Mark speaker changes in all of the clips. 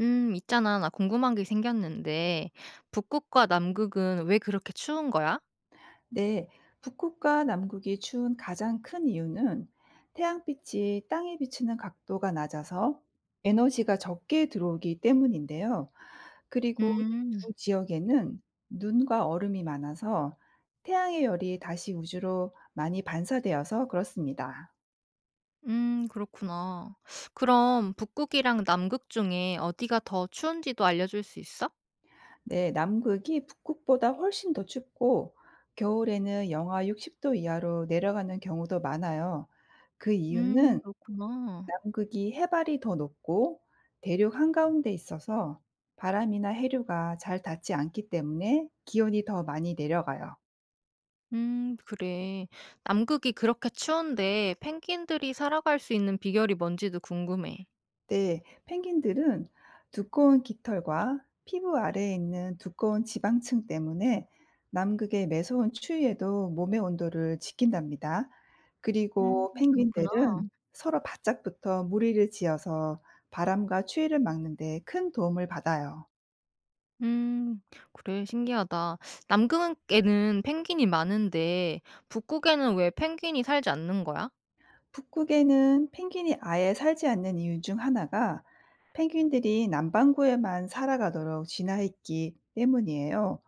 Speaker 1: 있잖아. 나 궁금한 게 생겼는데, 북극과 남극은 왜 그렇게 추운 거야?
Speaker 2: 네, 북극과 남극이 추운 가장 큰 이유는 태양빛이 땅에 비치는 각도가 낮아서 에너지가 적게 들어오기 때문인데요. 그리고 두
Speaker 1: 음,
Speaker 2: 지역에는 눈과 얼음이 많아서 태양의 열이 다시 우주로 많이 반사되어서 그렇습니다.
Speaker 1: 그렇구나. 그럼 북극이랑 남극 중에 어디가 더 추운지도 알려줄 수 있어?
Speaker 2: 네, 남극이 북극보다 훨씬 더 춥고 겨울에는 영하 60도 이하로 내려가는 경우도 많아요. 그 이유는
Speaker 1: 그렇구나.
Speaker 2: 남극이 해발이 더 높고 대륙 한가운데 있어서 바람이나 해류가 잘 닿지 않기 때문에 기온이 더 많이 내려가요.
Speaker 1: 그래. 남극이 그렇게 추운데 펭귄들이 살아갈 수 있는 비결이 뭔지도 궁금해.
Speaker 2: 네, 펭귄들은 두꺼운 깃털과 피부 아래에 있는 두꺼운 지방층 때문에 남극의 매서운 추위에도 몸의 온도를 지킨답니다.
Speaker 1: 음,
Speaker 2: 그리고
Speaker 1: 그렇구나.
Speaker 2: 펭귄들은 서로 바짝부터 무리를 지어서 바람과 추위를 막는 데 큰 도움을 받아요.
Speaker 1: 음. 그래 신기하다. 남극에는 펭귄이 많은데 북극에는 왜 펭귄이 살지 않는 거야?
Speaker 2: 북극에는 펭귄이 아예 살지 않는 이유 중 하나가 펭귄들이 남반구에만 살아가도록 진화했기 때문이에요.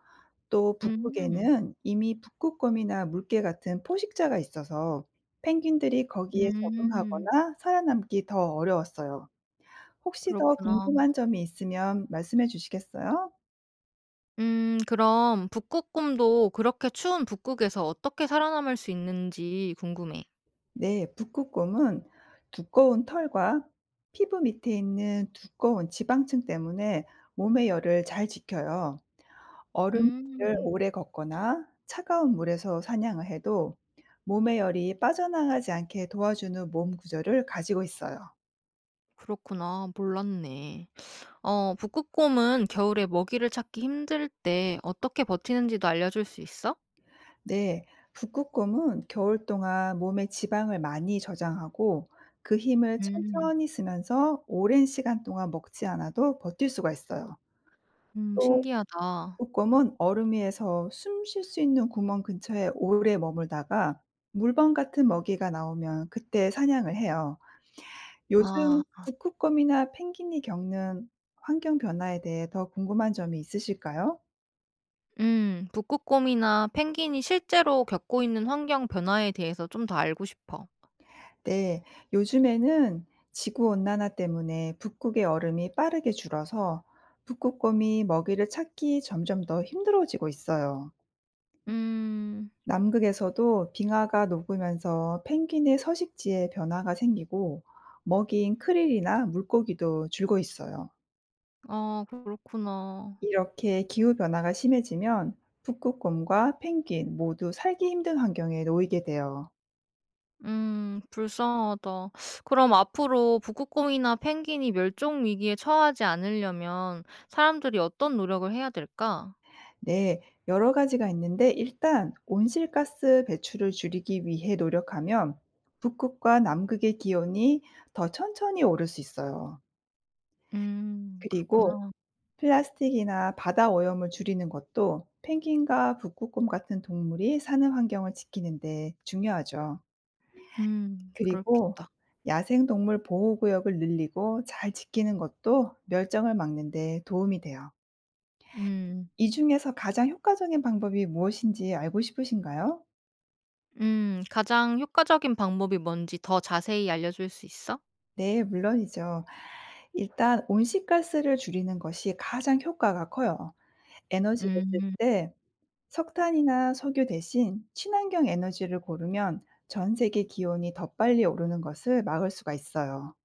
Speaker 2: 또
Speaker 1: 음.
Speaker 2: 북극에는 이미 북극곰이나 물개 같은 포식자가 있어서 펭귄들이 거기에
Speaker 1: 음.
Speaker 2: 적응하거나 살아남기 더 어려웠어요. 혹시 더
Speaker 1: 그렇구나.
Speaker 2: 궁금한 점이 있으면 말씀해 주시겠어요?
Speaker 1: 그럼 북극곰도 그렇게 추운 북극에서 어떻게 살아남을 수 있는지 궁금해.
Speaker 2: 네, 북극곰은 두꺼운 털과 피부 밑에 있는 두꺼운 지방층 때문에 몸의 열을 잘 지켜요. 얼음을
Speaker 1: 음.
Speaker 2: 오래 걷거나 차가운 물에서 사냥을 해도 몸의 열이 빠져나가지 않게 도와주는 몸 구조를 가지고 있어요.
Speaker 1: 그렇구나. 몰랐네. 어 북극곰은 겨울에 먹이를 찾기 힘들 때 어떻게 버티는지도 알려줄 수 있어?
Speaker 2: 네. 북극곰은 겨울 동안 몸에 지방을 많이 저장하고 그 힘을
Speaker 1: 음.
Speaker 2: 천천히 쓰면서 오랜 시간 동안 먹지 않아도 버틸 수가 있어요. 또
Speaker 1: 신기하다.
Speaker 2: 북극곰은 얼음 위에서 숨 쉴 수 있는 구멍 근처에 오래 머물다가 물범 같은 먹이가 나오면 그때 사냥을 해요.
Speaker 1: 아.
Speaker 2: 요즘 북극곰이나 펭귄이 겪는 환경 변화에 대해 더 궁금한 점이 있으실까요?
Speaker 1: 음. 북극곰이나 펭귄이 실제로 겪고 있는 환경 변화에 대해서 좀 더 알고 싶어.
Speaker 2: 네, 요즘에는 지구 온난화 때문에 북극의 얼음이 빠르게 줄어서 북극곰이 먹이를 찾기 점점 더 힘들어지고 있어요.
Speaker 1: 음.
Speaker 2: 남극에서도 빙하가 녹으면서 펭귄의 서식지에 변화가 생기고 먹이인 크릴이나 물고기도 줄고 있어요.
Speaker 1: 아 그렇구나.
Speaker 2: 이렇게 기후 변화가 심해지면 북극곰과 펭귄 모두 살기 힘든 환경에 놓이게 돼요.
Speaker 1: 음. 불쌍하다. 그럼 앞으로 북극곰이나 펭귄이 멸종 위기에 처하지 않으려면 사람들이 어떤 노력을 해야 될까?
Speaker 2: 네, 여러 가지가 있는데 일단 온실가스 배출을 줄이기 위해 노력하면 북극과 남극의 기온이 더 천천히 오를 수 있어요.
Speaker 1: 음.
Speaker 2: 그리고
Speaker 1: 그렇구나.
Speaker 2: 플라스틱이나 바다 오염을 줄이는 것도 펭귄과 북극곰 같은 동물이 사는 환경을 지키는 데 중요하죠.
Speaker 1: 음.
Speaker 2: 그리고
Speaker 1: 그렇겠다.
Speaker 2: 야생동물 보호구역을 늘리고 잘 지키는 것도 멸종을 막는 데 도움이 돼요.
Speaker 1: 음.
Speaker 2: 이 중에서 가장 효과적인 방법이 무엇인지 알고 싶으신가요?
Speaker 1: 음. 가장 효과적인 방법이 뭔지 더 자세히 알려 줄 수 있어?
Speaker 2: 네, 물론이죠. 일단 온실가스를 줄이는 것이 가장 효과가 커요. 에너지를 쓸
Speaker 1: 음.
Speaker 2: 때 석탄이나 석유 대신 친환경 에너지를 고르면 전 세계 기온이 더 빨리 오르는 것을 막을 수가 있어요.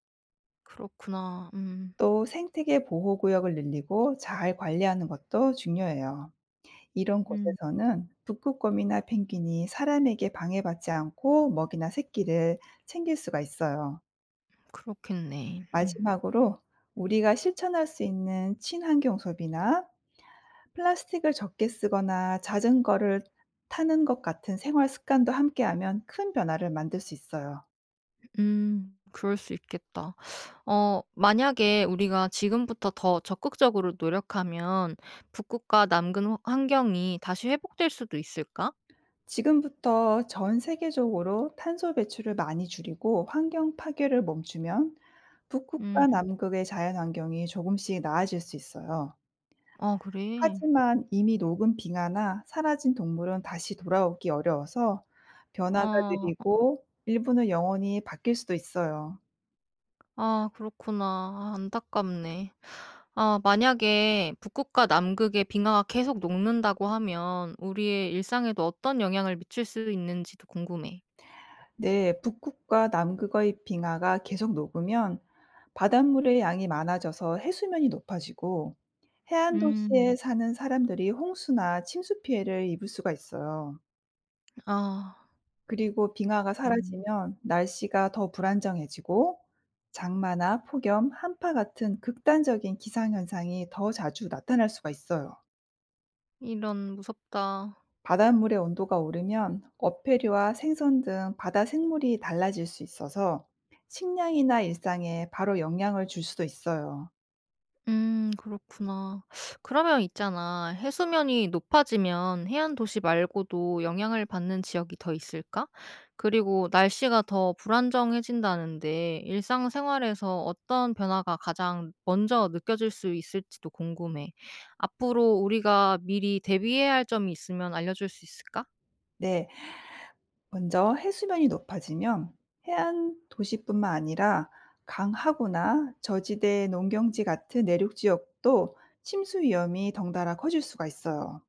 Speaker 1: 그렇구나. 음.
Speaker 2: 또 생태계 보호구역을 늘리고 잘 관리하는 것도 중요해요. 이런
Speaker 1: 음.
Speaker 2: 곳에서는 북극곰이나 펭귄이 사람에게 방해받지 않고 먹이나 새끼를 챙길 수가 있어요.
Speaker 1: 그렇겠네. 음.
Speaker 2: 마지막으로 우리가 실천할 수 있는 친환경 소비나 플라스틱을 적게 쓰거나 자전거를 타는 것 같은 생활 습관도 함께하면 큰 변화를 만들 수 있어요.
Speaker 1: 음. 그럴 수 있겠다. 어 만약에 우리가 지금부터 더 적극적으로 노력하면 북극과 남극 호 환경이 다시 회복될 수도 있을까?
Speaker 2: 지금부터 전 세계적으로 탄소 배출을 많이 줄이고 환경 파괴를 멈추면 북극과
Speaker 1: 음.
Speaker 2: 남극의 자연 환경이 조금씩 나아질 수 있어요.
Speaker 1: 아 그래?
Speaker 2: 하지만 이미 녹은 빙하나 사라진 동물은 다시 돌아오기 어려워서 변화가
Speaker 1: 아.
Speaker 2: 느리고 일부는 영원히 바뀔 수도 있어요.
Speaker 1: 아 그렇구나. 아 안타깝네. 아 만약에 북극과 남극의 빙하가 계속 녹는다고 하면 우리의 일상에도 어떤 영향을 미칠 수 있는지도 궁금해.
Speaker 2: 네, 북극과 남극의 빙하가 계속 녹으면 바닷물의 양이 많아져서 해수면이 높아지고 해안 도시에
Speaker 1: 음.
Speaker 2: 사는 사람들이 홍수나 침수 피해를 입을 수가 있어요.
Speaker 1: 아.
Speaker 2: 그리고 빙하가
Speaker 1: 음.
Speaker 2: 사라지면 날씨가 더 불안정해지고 장마나 폭염, 한파 같은 극단적인 기상 현상이 더 자주 나타날 수가 있어요.
Speaker 1: 이런 무섭다.
Speaker 2: 바닷물의 온도가 오르면 어패류와 생선 등 바다 생물이 달라질 수 있어서 식량이나 일상에 바로 영향을 줄 수도 있어요.
Speaker 1: 그렇구나. 그러면 있잖아. 해수면이 높아지면 해안 도시 말고도 영향을 받는 지역이 더 있을까? 그리고 날씨가 더 불안정해진다는데 일상생활에서 어떤 변화가 가장 먼저 느껴질 수 있을지도 궁금해. 앞으로 우리가 미리 대비해야 할 점이 있으면 알려줄 수 있을까?
Speaker 2: 네, 먼저 해수면이 높아지면 해안 도시뿐만 아니라 강하구나 저지대 농경지 같은 내륙 지역도 침수 위험이 덩달아 커질 수가 있어요.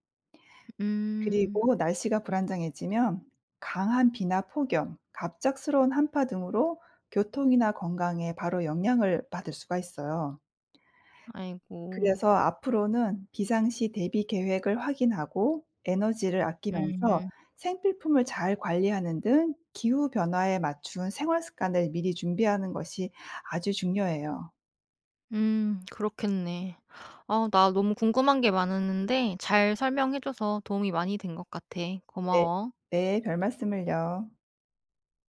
Speaker 1: 음.
Speaker 2: 그리고 날씨가 불안정해지면 강한 비나 폭염, 갑작스러운 한파 등으로 교통이나 건강에 바로 영향을 받을 수가 있어요.
Speaker 1: 아이고.
Speaker 2: 그래서 앞으로는 비상시 대비 계획을 확인하고 에너지를 아끼면서
Speaker 1: 음.
Speaker 2: 생필품을 잘 관리하는 등 기후 변화에 맞춘 생활 습관을 미리 준비하는 것이 아주 중요해요.
Speaker 1: 그렇겠네. 아 나 너무 궁금한 게 많았는데 잘 설명해 줘서 도움이 많이 된 것 같아.
Speaker 2: 네.
Speaker 1: 고마워.
Speaker 2: 네. 별말씀을요.